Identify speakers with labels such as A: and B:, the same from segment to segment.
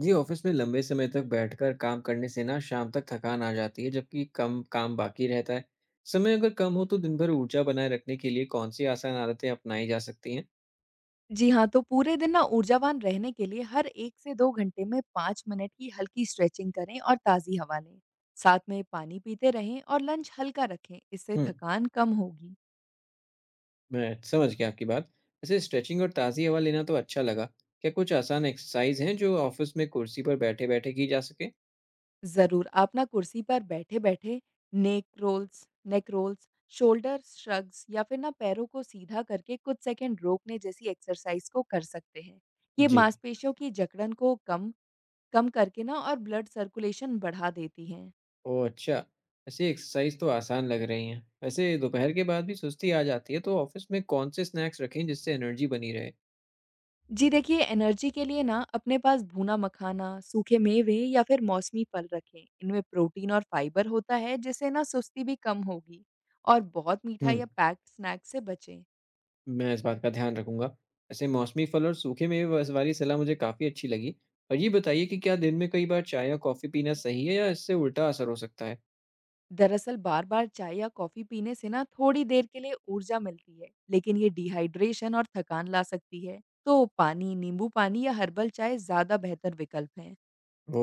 A: जी, office में लंबे समय तक बैठकर काम करने से ना शाम तक थकान आ जाती है, जबकि कम काम बाकी रहता है। समय अगर कम हो तो दिन भर ऊर्जा बनाए रखने के लिए कौन-सी आसान आदतें अपनाई जा सकती हैं?
B: जी हाँ, तो पूरे दिन ना ऊर्जावान रहने के लिए हर 1 से 2 घंटे में 5 मिनट की हल्की स्ट्रेचिंग करें और ताज़ी हवा लें। साथ में पानी पीते रहें और लंच हल्का रखें, इससे
A: हुँ,
B: थकान कम होगी।
A: मैं समझ गया आपकी बात। वैसे स्ट्रेचिंग और ताज़ी हवा लेना तो अच्छा लगा। क्या कुछ आसान एक्सरसाइज़ हैं जो ऑफ़िस में कुर्सी पर बैठे-बैठे की जा सके?
B: ज़रूर, आप ना कुर्सी पर बैठे-बैठे नेक रोल्स, शोल्डर श्रग्स या फिर ना पैरों को सीधा करके कुछ सेकंड रोकने जैसी एक्सरसाइज को कर सकते हैं। ये
A: जी।
B: मांसपेशियों की जकड़न को कम कम करके ना और ब्लड सर्कुलेशन बढ़ा देती हैं।
A: ओह! अच्छा, वैसे एक्सरसाइज़ तो आसान लग रही हैं। वैसे दोपहर के बाद भी सुस्ती आ जाती है, तो ऑफ़िस में कौन से स्नैक्स रखें जिससे एनर्जी बनी रहे?
B: जी देखिए, एनर्जी के लिए ना अपने पास भुना-मखाना, सूखे मेवे या फिर मौसमी फल रखें। इनमें प्रोटीन और फाइबर होता है, जिससे ना सुस्ती भी कम होगी और बहुत मीठा
A: हुँ।
B: या पैक्ड स्नैक से बचें।
A: मैं इस बात का ध्यान रखूंगा। वैसे मौसमी फल और सूखे मेवे वाली सलाह मुझे काफ़ी अच्छी लगी। और ये बताइए कि क्या दिन में कई बार चाय या कॉफ़ी पीना सही है या इससे उल्टा असर हो सकता है?
B: दरअसल बार-बार चाय या कॉफ़ी पीने से ना थोड़ी देर के लिए ऊर्जा मिलती है, लेकिन ये डिहाइड्रेशन और थकान ला सकती है। तो पानी, नींबू पानी या हर्बल चाय ज़्यादा बेहतर विकल्प हैं।
A: वो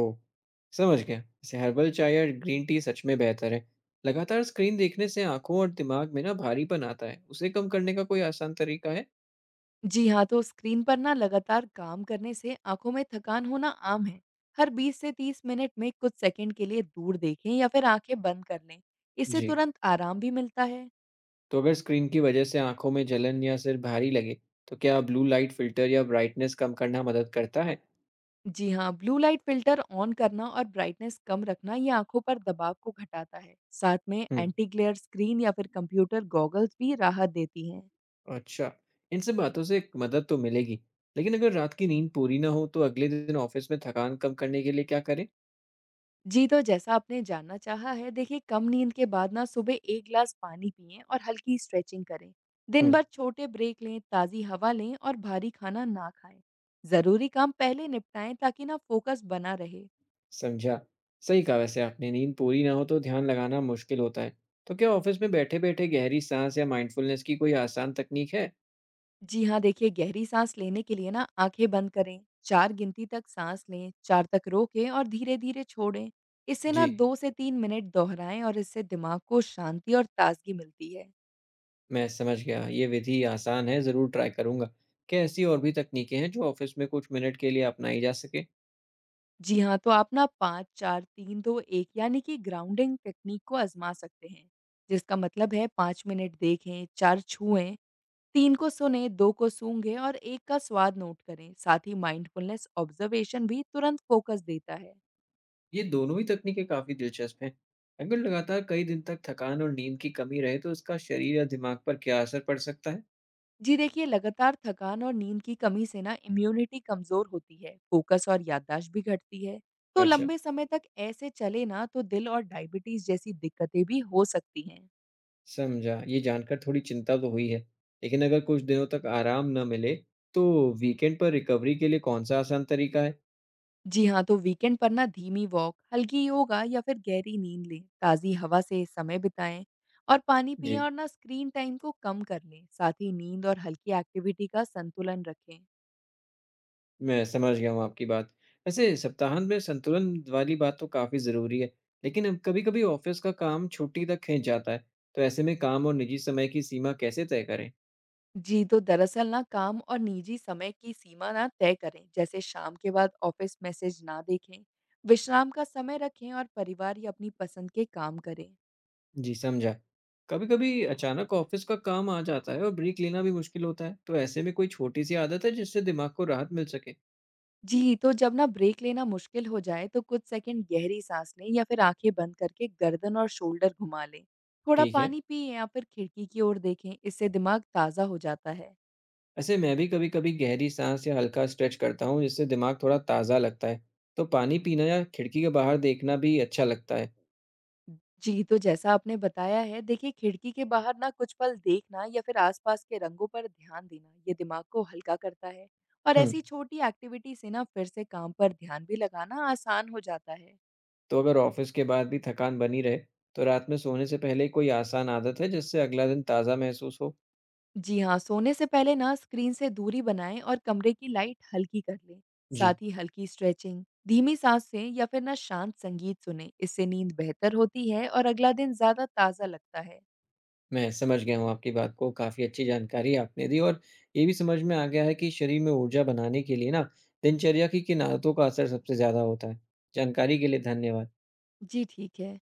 A: समझ गया। वैसे हर्बल चाय या ग्रीन टी सच में बेहतर है। लगातार स्क्रीन देखने से आंखों और दिमाग में ना भारीपन आता है। उसे कम करने का कोई आसान तरीका है?
B: जी हाँ, तो स्क्रीन पर ना लगातार काम करने से आँखों में थकान होना आम है। हर 20 से 30 मिनट में कुछ सेकंड के लिए दूर देखें या फिर आँखें बंद कर लें। इससे
A: जी।
B: तुरंत आराम भी मिलता है।
A: तो अगर स्क्रीन की वजह से आंखों में जलन या सिर भारी लगे, तो क्या ब्लू लाइट फिल्टर या ब्राइटनेस कम करना मदद करता है?
B: जी हाँ, ब्लू लाइट फिल्टर ऑन करना और ब्राइटनेस कम रखना ये आँखों पर दबाव को घटाता है। साथ में
A: हम्म,
B: एंटी ग्लेयर स्क्रीन या फिर कंप्यूटर गॉगल्स भी राहत देती हैं।
A: अच्छा, इन सब बातों से एक मदद तो मिलेगी, लेकिन अगर रात की नींद पूरी ना हो तो अगले दिन ऑफिस में थकान कम करने के लिए क्या करें?
B: जी, तो जैसा आपने जानना चाहा है, देखिए कम नींद के बाद ना सुबह 1 ग्लास पानी पिएँ और हल्की स्ट्रेचिंग करें। दिन
A: हुँ,
B: भर छोटे ब्रेक लें, ताज़ी हवा लें और भारी खाना ना खाएँ। ज़रूरी काम पहले निपटाएँ ताकि ना फोकस बना रहे।
A: समझा। सही कहा वैसे आपने, नींद पूरी ना हो तो ध्यान लगाना मुश्किल होता है। तो क्या ऑफिस में बैठे-बैठे गहरी सांस या माइंडफुलनेस की कोई आसान तकनीक है?
B: जी हाँ, देखिए गहरी सांस लेने के लिए ना आँखें बंद करें, 4 गिनती तक सांस लें, 4 तक रोकें और धीरे-धीरे छोड़ें। इसे ना
A: जी,
B: 2 से 3 मिनट दोहराएँ और इससे दिमाग को शांति और ताज़गी मिलती है।
A: मैं समझ गया, ये विधि आसान है, ज़रूर ट्राई करूँगा। क्या ऐसी और भी तकनीकें हैं जो ऑफिस में कुछ मिनट के लिए अपनाई जा सके?
B: जी हाँ, तो आप ना 5-4-3-2-1 यानी कि ग्राउंडिंग टेक्नीक को आज़मा सकते हैं, जिसका मतलब है 5 मिनट देखें, 4 छुएँ, 3 को सुनें, 2 को सूंघें और 1 का स्वाद नोट करें। साथ ही माइंडफुलनेस ऑब्जर्वेशन भी तुरंत फोकस देता है।
A: ये दोनों ही तकनीकें काफ़ी दिलचस्प हैं। अगर लगातार कई दिन तक थकान और नींद की कमी रहे तो इसका शरीर या दिमाग पर क्या असर पड़ सकता है?
B: जी देखिए, लगातार थकान और नींद की कमी से ना इम्यूनिटी कमज़ोर होती है, फोकस और याददाश्त भी घटती है। तो
A: अच्छा,
B: लंबे समय तक ऐसे चले ना तो दिल और डायबिटीज़ जैसी दिक्कतें भी हो सकती हैं।
A: समझा, ये जानकर थोड़ी चिंता तो हुई है। लेकिन अगर कुछ दिनों तक आराम न मिले तो वीकेंड पर रिकवरी के लिए कौन सा आसान तरीका है?
B: जी हाँ, तो वीकेंड पर ना धीमी वॉक, हल्की योगा या फिर गहरी नींद लें, ताज़ी हवा से समय बिताएं और पानी
A: जी,
B: पिएं और ना स्क्रीन टाइम को कम कर लें। साथ ही नींद और हल्की एक्टिविटी का संतुलन रखें।
A: मैं समझ गया हूँ आपकी बात। वैसे सप्ताहांत में संतुलन वाली बात तो काफ़ी ज़रूरी है। लेकिन अब कभी-कभी ऑफिस का काम छुट्टी तक खींच जाता है। तो ऐसे में काम और निजी समय की सीमा कैसे तय करें?
B: जी, तो दरअसल ना काम और निजी समय की सीमा ना तय करें, जैसे शाम के बाद ऑफिस मैसेज ना देखें, विश्राम का समय रखें और परिवार या अपनी पसंद के काम करें।
A: जी, समझा। कभी-कभी अचानक ऑफ़िस का काम आ जाता है और ब्रेक लेना भी मुश्किल होता है, तो ऐसे में कोई छोटी-सी आदत है जिससे दिमाग को राहत मिल सके?
B: जी, तो जब ना ब्रेक लेना मुश्किल हो जाए तो कुछ सेकंड गहरी सांस लें या फिर आंखें बंद करके गर्दन और शोल्डर घुमा लें। थोड़ा
A: ठीक है।
B: पानी पिएँ या फिर खिड़की की ओर देखें, इससे दिमाग ताज़ा हो जाता है।
A: ऐसे मैं भी कभी-कभी गहरी साँस या हल्का स्ट्रेच करता हूँ, जिससे दिमाग थोड़ा ताज़ा लगता है। तो पानी पीना या खिड़की के बाहर देखना भी अच्छा लगता है।
B: जी, तो जैसा आपने बताया है देखिए खिड़की के बाहर ना कुछ पल देखना या फिर आसपास के रंगों पर ध्यान देना, ये दिमाग को हल्का करता है। और
A: हुँ,
B: ऐसी छोटी एक्टिविटी से ना फिर से काम पर ध्यान भी लगाना आसान हो जाता है।
A: तो अगर ऑफ़िस के बाद भी थकान बनी रहे, तो रात में सोने से पहले कोई आसान आदत है जिससे अगला दिन ताज़ा महसूस हो?
B: जी हाँ, सोने से पहले ना स्क्रीन से दूरी बनाएं और कमरे की लाइट हल्की कर लें।
A: जी।
B: साथ ही हल्की स्ट्रेचिंग धीमी सांस से या फिर ना शांत संगीत सुने, इससे नींद बेहतर होती है और अगला दिन ज्यादा ताजा लगता है।
A: मैं समझ गया हूँ आपकी बात को, काफ़ी अच्छी जानकारी आपने दी और ये भी समझ में आ गया है कि शरीर में ऊर्जा बनाने के लिए ना, दिनचर्या की किन आदतों का असर सबसे ज़्यादा होता है। जानकारी के लिए धन्यवाद।
B: जी ठीक है।